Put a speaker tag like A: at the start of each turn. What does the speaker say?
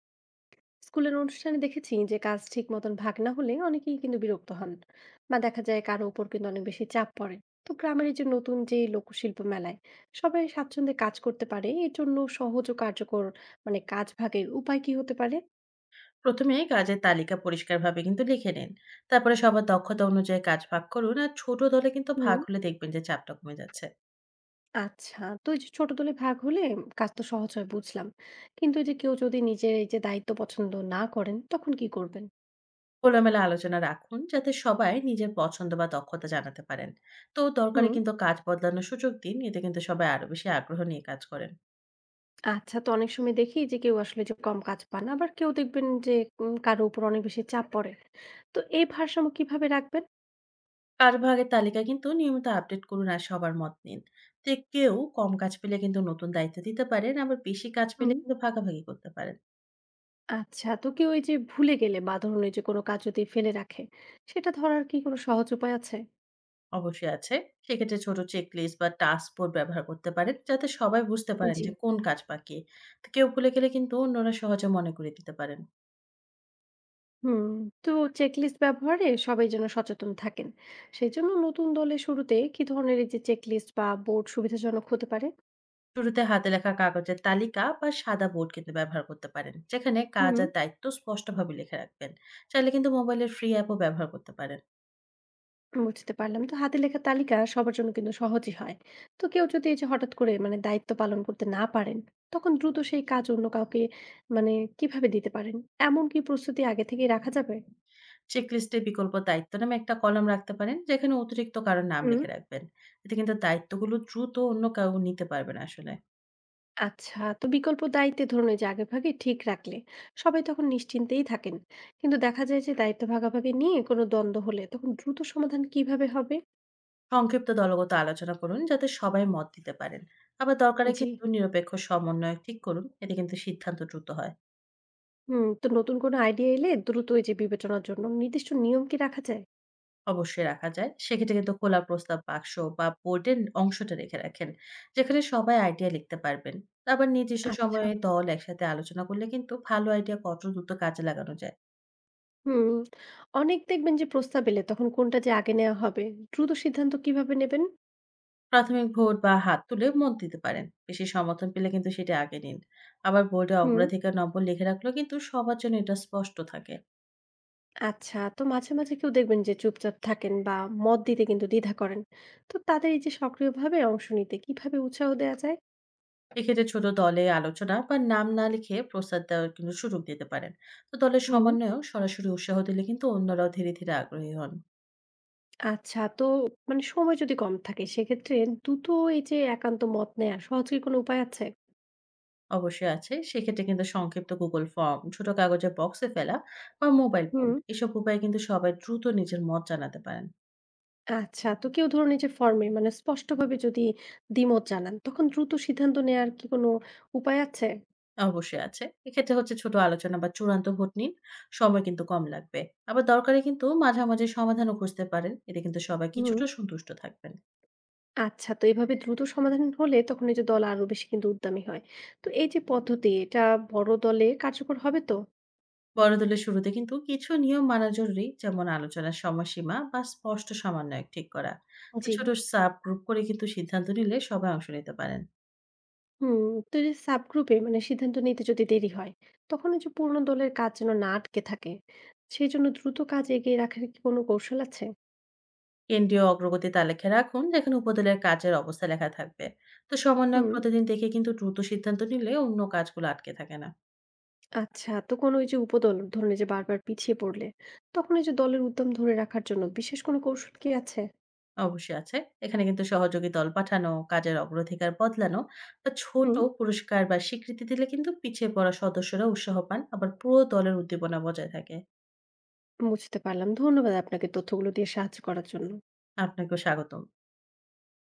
A: স্কুলের অনুষ্ঠানে দেখেছি যে কাজ ঠিক মতন ভাগ না হলে অনেকেই কিন্তু বিরক্ত হন বা দেখা যায় কারো উপর কিন্তু অনেক বেশি চাপ পড়ে। তো গ্রামের এই যে নতুন যে লোকশিল্প মেলায় সবাই স্বাচ্ছন্দ্যে কাজ করতে পারে এর জন্য সহজ ও কার্যকর মানে কাজ ভাগের উপায় কি হতে পারে?
B: প্রথমে কাজের তালিকা পরিষ্কারভাবে কিন্তু লিখে নিন। তারপরে সবার দক্ষতা অনুযায়ী কাজ ভাগ করুন, আর ছোট দলে কিন্তু
A: হুম।
B: ভাগ হলে দেখবেন যে চাপটা কমে যাচ্ছে।
A: আচ্ছা, তো এই যে ছোট দলে ভাগ হলে কাজ তো সহজ হয় বুঝলাম, কিন্তু এই যে কেউ যদি নিজের এই যে দায়িত্ব পছন্দ না করেন তখন কি করবেন?
B: খোলামেলা আলোচনা রাখুন যাতে সবাই নিজের পছন্দ বা দক্ষতা জানাতে পারেন। তো দরকারে
A: হুম।
B: কিন্তু কাজ বদলানোর সুযোগ দিন, এতে কিন্তু সবাই আরো বেশি আগ্রহ নিয়ে কাজ করেন।
A: আচ্ছা, তো অনেক সময় দেখি যে কেউ আসলে যে কম কাজ পান আবার কেউ দেখবেন যে কারো উপর অনেক বেশি চাপ পড়ে। তো এই ভারসাম্য কিভাবে রাখবেন?
B: কাজ ভাগের তালিকা কিন্তু নিয়মিত আপডেট করুন আর সবার মত নিন। তো কেউ কম কাজ পেলে কিন্তু নতুন দায়িত্ব দিতে পারেন, আবার বেশি কাজ পেলে
A: হুম।
B: কিন্তু ভাগাভাগি করতে পারেন।
A: আচ্ছা, তো কেউ এই যে ভুলে গেলে বা ধরুন এই যে কোনো কাজ যদি ফেলে রাখে, সেটা ধরার কি কোনো সহজ উপায় আছে?
B: অবশ্যই আছে। সেক্ষেত্রে ছোট চেকলিস্ট বা টাস্ক বোর্ড ব্যবহার করতে পারেন, যাতে সবাই বুঝতে পারেন
A: জি।
B: যে কোন কাজ বাকি। তো কেউ ভুলে গেলে কিন্তু অন্যরা সহজে মনে করিয়ে দিতে পারেন।
A: হুম, তো চেকলিস্ট ব্যবহারে সবাই যেন সচেতন থাকেন। সেজন্য নতুন দলে শুরুতে কি ধরনের এই যে চেকলিস্ট বা বোর্ড সুবিধাজনক হতে পারে?
B: শুরুতে হাতে লেখা কাগজের তালিকা বা সাদা বোর্ড কিন্তু ব্যবহার করতে পারেন, যেখানে কাজ
A: হুম।
B: আর দায়িত্ব স্পষ্টভাবে লিখে রাখবেন। চাইলে কিন্তু মোবাইলের ফ্রি অ্যাপও ব্যবহার করতে পারেন।
A: বুঝতে পারলাম। তো হাতে লেখা তালিকা সবার জন্য কিন্তু সহজই হয়। তো কেউ যদি এই যে হঠাৎ করে মানে দায়িত্ব পালন করতে না পারেন, তখন দ্রুত সেই কাজ অন্য কাউকে মানে কিভাবে দিতে পারেন? এমন কি প্রস্তুতি আগে থেকেই রাখা যাবে?
B: চেকলিস্টে বিকল্প দায়িত্ব নামে একটা কলাম রাখতে পারেন, যেখানে অতিরিক্ত কারো নাম
A: হুম।
B: লিখে রাখবেন। এতে কিন্তু দায়িত্বগুলো দ্রুত অন্য কেউ নিতে পারবেন আসলে।
A: আচ্ছা, তো বিকল্প দায়িত্বে ধরুন এই যে আগেভাগে ঠিক রাখলে সবাই তখন নিশ্চিন্তেই থাকেন, কিন্তু দেখা যায় যে দায়িত্ব ভাগাভাগি নিয়ে কোনো দ্বন্দ্ব হলে তখন দ্রুত সমাধান কিভাবে হবে?
B: সংক্ষিপ্ত দলগত আলোচনা করুন যাতে সবাই মত দিতে পারেন। আবার দরকারে
A: জি।
B: কিন্তু নিরপেক্ষ সমন্বয় ঠিক করুন, এতে কিন্তু সিদ্ধান্ত দ্রুত হয়।
A: হুম, তো নতুন কোনো আইডিয়া এলে দ্রুত এই যে বিবেচনার জন্য নির্দিষ্ট নিয়ম কি রাখা যায়?
B: অবশ্যই রাখা যায়। সেক্ষেত্রে কিন্তু খোলা প্রস্তাব বাক্স বা বোর্ডের অংশটা রেখে রাখেন, যেখানে সবাই আইডিয়া লিখতে পারবেন। আবার নির্দিষ্ট
A: আচ্ছা।
B: সময়ে দল একসাথে আলোচনা করলে কিন্তু ভালো আইডিয়া কত দ্রুত কাজে লাগানো যায়।
A: হুম, অনেক দেখবেন যে প্রস্তাব এলে তখন কোনটা যে আগে নেওয়া হবে, দ্রুত সিদ্ধান্ত কিভাবে নেবেন?
B: প্রাথমিক ভোট বা হাত তুলে মত দিতে পারেন, বেশি সমর্থন পেলে কিন্তু সেটা আগে নিন। আবার বোর্ডে
A: হুম।
B: অগ্রাধিকার নম্বর লিখে রাখলেও কিন্তু সবার জন্য এটা স্পষ্ট থাকে।
A: আচ্ছা, তো মাঝে, মাঝে কেউ দেখবেন যে চুপচাপ থাকেন বা মত দিতে কিন্তু দ্বিধা করেন। তো তাদের এই যে সক্রিয়ভাবে অংশ নিতে কিভাবে উৎসাহ দেয়া যায়?
B: এক্ষেত্রে ছোট দলে আলোচনা বা নাম না লিখে প্রস্তাব দেওয়ার কিন্তু সুযোগ দিতে পারেন। তো দলের
A: হুম।
B: সমন্বয়েও সরাসরি উৎসাহ দিলে কিন্তু অন্যরাও ধীরে ধীরে আগ্রহী হন।
A: আচ্ছা, তো মানে সময় যদি কম থাকে সেক্ষেত্রে দ্রুত এই যে একান্ত মত নেয়া সহজ কি কোনো উপায় আছে?
B: অবশ্যই আছে। সেক্ষেত্রে কিন্তু সংক্ষিপ্ত গুগল ফর্ম, ছোট কাগজে বক্সে ফেলা বা মোবাইল ফোন,
A: হুম।
B: এসব উপায়ে কিন্তু সবাই দ্রুত নিজের মত জানাতে পারেন।
A: আচ্ছা, তো কেউ ধরুন এই যে ফর্মে মানে স্পষ্টভাবে যদি দ্বিমত জানান তখন দ্রুত সিদ্ধান্ত নেয়ার কি কোনো উপায় আছে?
B: অবশ্যই আছে। এক্ষেত্রে হচ্ছে ছোট আলোচনা বা চূড়ান্ত ভোট নিন, সময় কিন্তু কম লাগবে। আবার দরকারে কিন্তু মাঝামাঝি সমাধানও খুঁজতে পারেন, এতে কিন্তু সবাই
A: হুম।
B: কিছুটা সন্তুষ্ট থাকবেন।
A: আচ্ছা, তো এভাবে দ্রুত সমাধান হলে তখন এই যে দল আরো বেশি কিন্তু উদ্যমী হয়। তো এই যে পদ্ধতি এটা বড় দলে কার্যকর হবে তো?
B: বড় দলের শুরুতে কিন্তু কিছু নিয়ম মানা জরুরি, যেমন আলোচনার সময়সীমা বা স্পষ্ট সমন্বয়ক ঠিক করা। তো
A: জি।
B: ছোট সাব গ্রুপ করে কিন্তু সিদ্ধান্ত নিলে সবাই অংশ নিতে পারেন।
A: হুম, তো এই যে সাব গ্রুপে মানে সিদ্ধান্ত নিতে যদি দেরি হয় তখন এই যে পূর্ণ দলের কাজ যেন না আটকে থাকে, সেই জন্য দ্রুত কাজ এগিয়ে রাখার কি কোনো কৌশল আছে?
B: কেন্দ্রীয় অগ্রগতি তালিকা রাখুন, যেখানে উপদলের কাজের অবস্থা লেখা থাকবে। তো সমন্বয়ক
A: হুম।
B: প্রতিদিন দেখে কিন্তু দ্রুত সিদ্ধান্ত নিলে অন্য কাজগুলো আটকে থাকে না।
A: আচ্ছা, তো কোনো ওই যে উপদল ধরুন এই যে বারবার পিছিয়ে পড়লে তখন এই যে দলের উদ্যম ধরে রাখার জন্য বিশেষ কোনো কৌশল কি আছে?
B: অবশ্যই আছে। এখানে কিন্তু সহযোগী দল পাঠানো, কাজের অগ্রাধিকার বদলানো বা ছোট
A: হুম।
B: পুরস্কার বা স্বীকৃতি দিলে কিন্তু পিছিয়ে পড়া সদস্যরা উৎসাহ পান, আবার পুরো দলের উদ্দীপনা বজায় থাকে।
A: বুঝতে পারলাম। ধন্যবাদ আপনাকে তথ্যগুলো দিয়ে সাহায্য করার জন্য।
B: আপনাকেও স্বাগতম।